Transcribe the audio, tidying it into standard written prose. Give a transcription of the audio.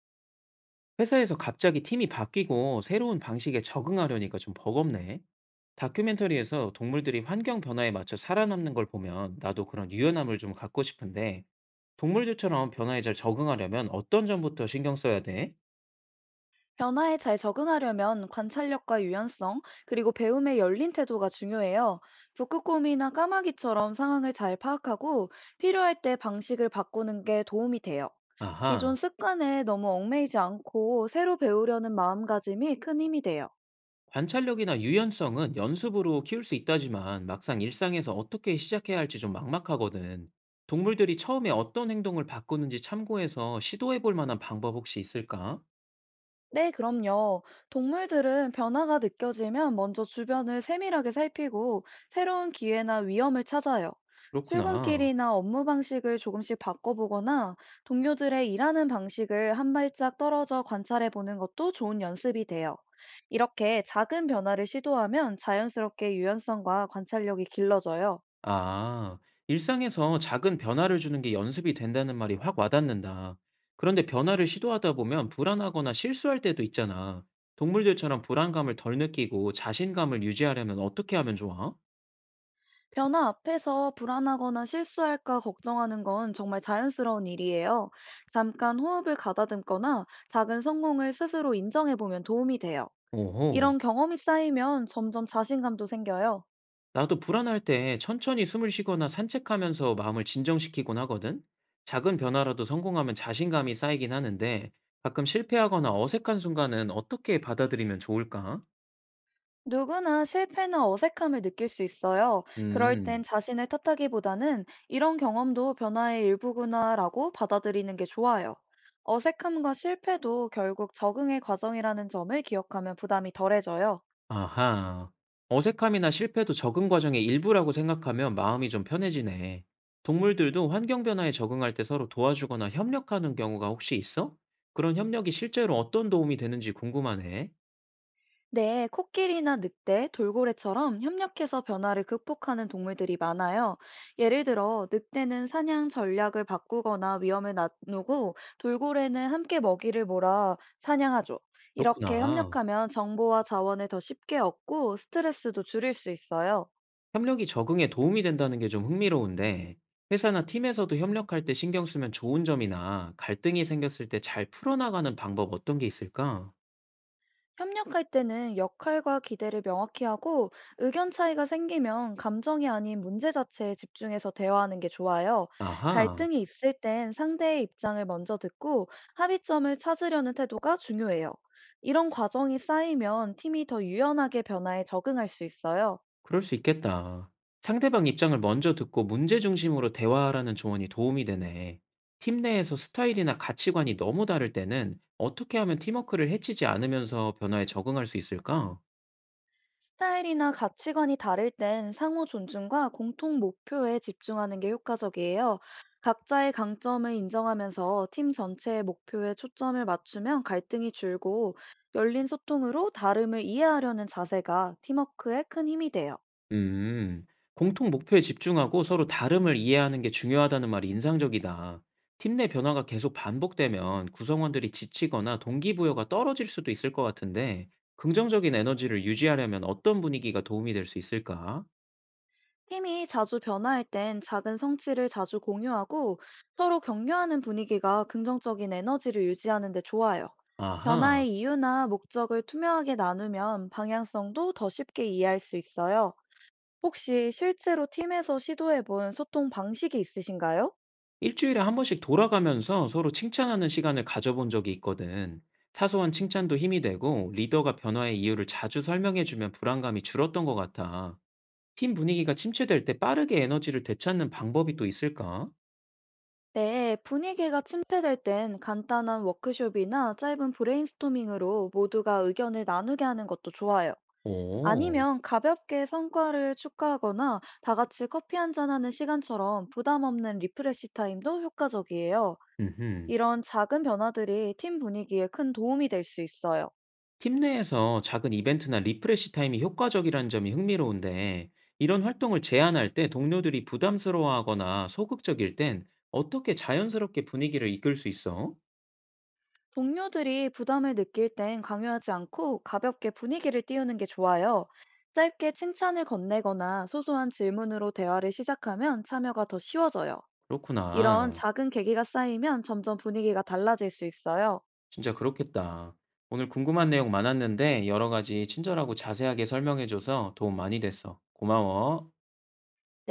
회사에서 갑자기 팀이 바뀌고 새로운 방식에 적응하려니까 좀 버겁네. 다큐멘터리에서 동물들이 환경 변화에 맞춰 살아남는 걸 보면 나도 그런 유연함을 좀 갖고 싶은데, 동물들처럼 변화에 잘 적응하려면 어떤 점부터 신경 써야 돼? 변화에 잘 적응하려면 관찰력과 유연성, 그리고 배움에 열린 태도가 중요해요. 북극곰이나 까마귀처럼 상황을 잘 파악하고 필요할 때 방식을 바꾸는 게 도움이 돼요. 아하, 기존 습관에 너무 얽매이지 않고 새로 배우려는 마음가짐이 큰 힘이 돼요. 관찰력이나 유연성은 연습으로 키울 수 있다지만 막상 일상에서 어떻게 시작해야 할지 좀 막막하거든. 동물들이 처음에 어떤 행동을 바꾸는지 참고해서 시도해 볼 만한 방법 혹시 있을까? 네, 그럼요. 동물들은 변화가 느껴지면 먼저 주변을 세밀하게 살피고 새로운 기회나 위험을 찾아요. 그렇구나. 출근길이나 업무 방식을 조금씩 바꿔보거나 동료들의 일하는 방식을 한 발짝 떨어져 관찰해 보는 것도 좋은 연습이 돼요. 이렇게 작은 변화를 시도하면 자연스럽게 유연성과 관찰력이 길러져요. 아, 일상에서 작은 변화를 주는 게 연습이 된다는 말이 확 와닿는다. 그런데 변화를 시도하다 보면 불안하거나 실수할 때도 있잖아. 동물들처럼 불안감을 덜 느끼고 자신감을 유지하려면 어떻게 하면 좋아? 변화 앞에서 불안하거나 실수할까 걱정하는 건 정말 자연스러운 일이에요. 잠깐 호흡을 가다듬거나 작은 성공을 스스로 인정해 보면 도움이 돼요. 오호, 이런 경험이 쌓이면 점점 자신감도 생겨요. 나도 불안할 때 천천히 숨을 쉬거나 산책하면서 마음을 진정시키곤 하거든? 작은 변화라도 성공하면 자신감이 쌓이긴 하는데 가끔 실패하거나 어색한 순간은 어떻게 받아들이면 좋을까? 누구나 실패나 어색함을 느낄 수 있어요. 그럴 음. 땐 자신을 탓하기보다는 이런 경험도 변화의 일부구나라고 받아들이는 게 좋아요. 어색함과 실패도 결국 적응의 과정이라는 점을 기억하면 부담이 덜해져요. 아하. 어색함이나 실패도 적응 과정의 일부라고 생각하면 마음이 좀 편해지네. 동물들도 환경 변화에 적응할 때 서로 도와주거나 협력하는 경우가 혹시 있어? 그런 협력이 실제로 어떤 도움이 되는지 궁금하네. 네, 코끼리나 늑대, 돌고래처럼 협력해서 변화를 극복하는 동물들이 많아요. 예를 들어, 늑대는 사냥 전략을 바꾸거나 위험을 나누고, 돌고래는 함께 먹이를 몰아 사냥하죠. 이렇게 그렇구나. 협력하면 정보와 자원을 더 쉽게 얻고 스트레스도 줄일 수 있어요. 협력이 적응에 도움이 된다는 게 좀 흥미로운데, 회사나 팀에서도 협력할 때 신경 쓰면 좋은 점이나 갈등이 생겼을 때 잘 풀어나가는 방법 어떤 게 있을까? 협력할 때는 역할과 기대를 명확히 하고, 의견 차이가 생기면 감정이 아닌 문제 자체에 집중해서 대화하는 게 좋아요. 아하. 갈등이 있을 땐 상대의 입장을 먼저 듣고 합의점을 찾으려는 태도가 중요해요. 이런 과정이 쌓이면 팀이 더 유연하게 변화에 적응할 수 있어요. 그럴 수 있겠다. 상대방 입장을 먼저 듣고 문제 중심으로 대화하라는 조언이 도움이 되네. 팀 내에서 스타일이나 가치관이 너무 다를 때는 어떻게 하면 팀워크를 해치지 않으면서 변화에 적응할 수 있을까? 스타일이나 가치관이 다를 땐 상호 존중과 공통 목표에 집중하는 게 효과적이에요. 각자의 강점을 인정하면서 팀 전체의 목표에 초점을 맞추면 갈등이 줄고, 열린 소통으로 다름을 이해하려는 자세가 팀워크에 큰 힘이 돼요. 음, 공통 목표에 집중하고 서로 다름을 이해하는 게 중요하다는 말이 인상적이다. 팀 내 변화가 계속 반복되면 구성원들이 지치거나 동기부여가 떨어질 수도 있을 것 같은데, 긍정적인 에너지를 유지하려면 어떤 분위기가 도움이 될 수 있을까? 팀이 자주 변화할 땐 작은 성취를 자주 공유하고 서로 격려하는 분위기가 긍정적인 에너지를 유지하는 데 좋아요. 아하. 변화의 이유나 목적을 투명하게 나누면 방향성도 더 쉽게 이해할 수 있어요. 혹시 실제로 팀에서 시도해 본 소통 방식이 있으신가요? 일주일에 한 번씩 돌아가면서 서로 칭찬하는 시간을 가져본 적이 있거든. 사소한 칭찬도 힘이 되고 리더가 변화의 이유를 자주 설명해 주면 불안감이 줄었던 것 같아. 팀 분위기가 침체될 때 빠르게 에너지를 되찾는 방법이 또 있을까? 네, 분위기가 침체될 땐 간단한 워크숍이나 짧은 브레인스토밍으로 모두가 의견을 나누게 하는 것도 좋아요. 오, 아니면 가볍게 성과를 축하하거나 다 같이 커피 한잔하는 시간처럼 부담 없는 리프레시 타임도 효과적이에요. 음흠. 이런 작은 변화들이 팀 분위기에 큰 도움이 될 수 있어요. 팀 내에서 작은 이벤트나 리프레시 타임이 효과적이라는 점이 흥미로운데, 이런 활동을 제안할 때 동료들이 부담스러워하거나 소극적일 땐 어떻게 자연스럽게 분위기를 이끌 수 있어? 동료들이 부담을 느낄 땐 강요하지 않고 가볍게 분위기를 띄우는 게 좋아요. 짧게 칭찬을 건네거나 소소한 질문으로 대화를 시작하면 참여가 더 쉬워져요. 이런 그렇구나. 작은 계기가 쌓이면 점점 분위기가 달라질 수 있어요. 진짜 그렇겠다. 오늘 궁금한 내용 많았는데 여러 가지 친절하고 자세하게 설명해줘서 도움 많이 됐어. 고마워.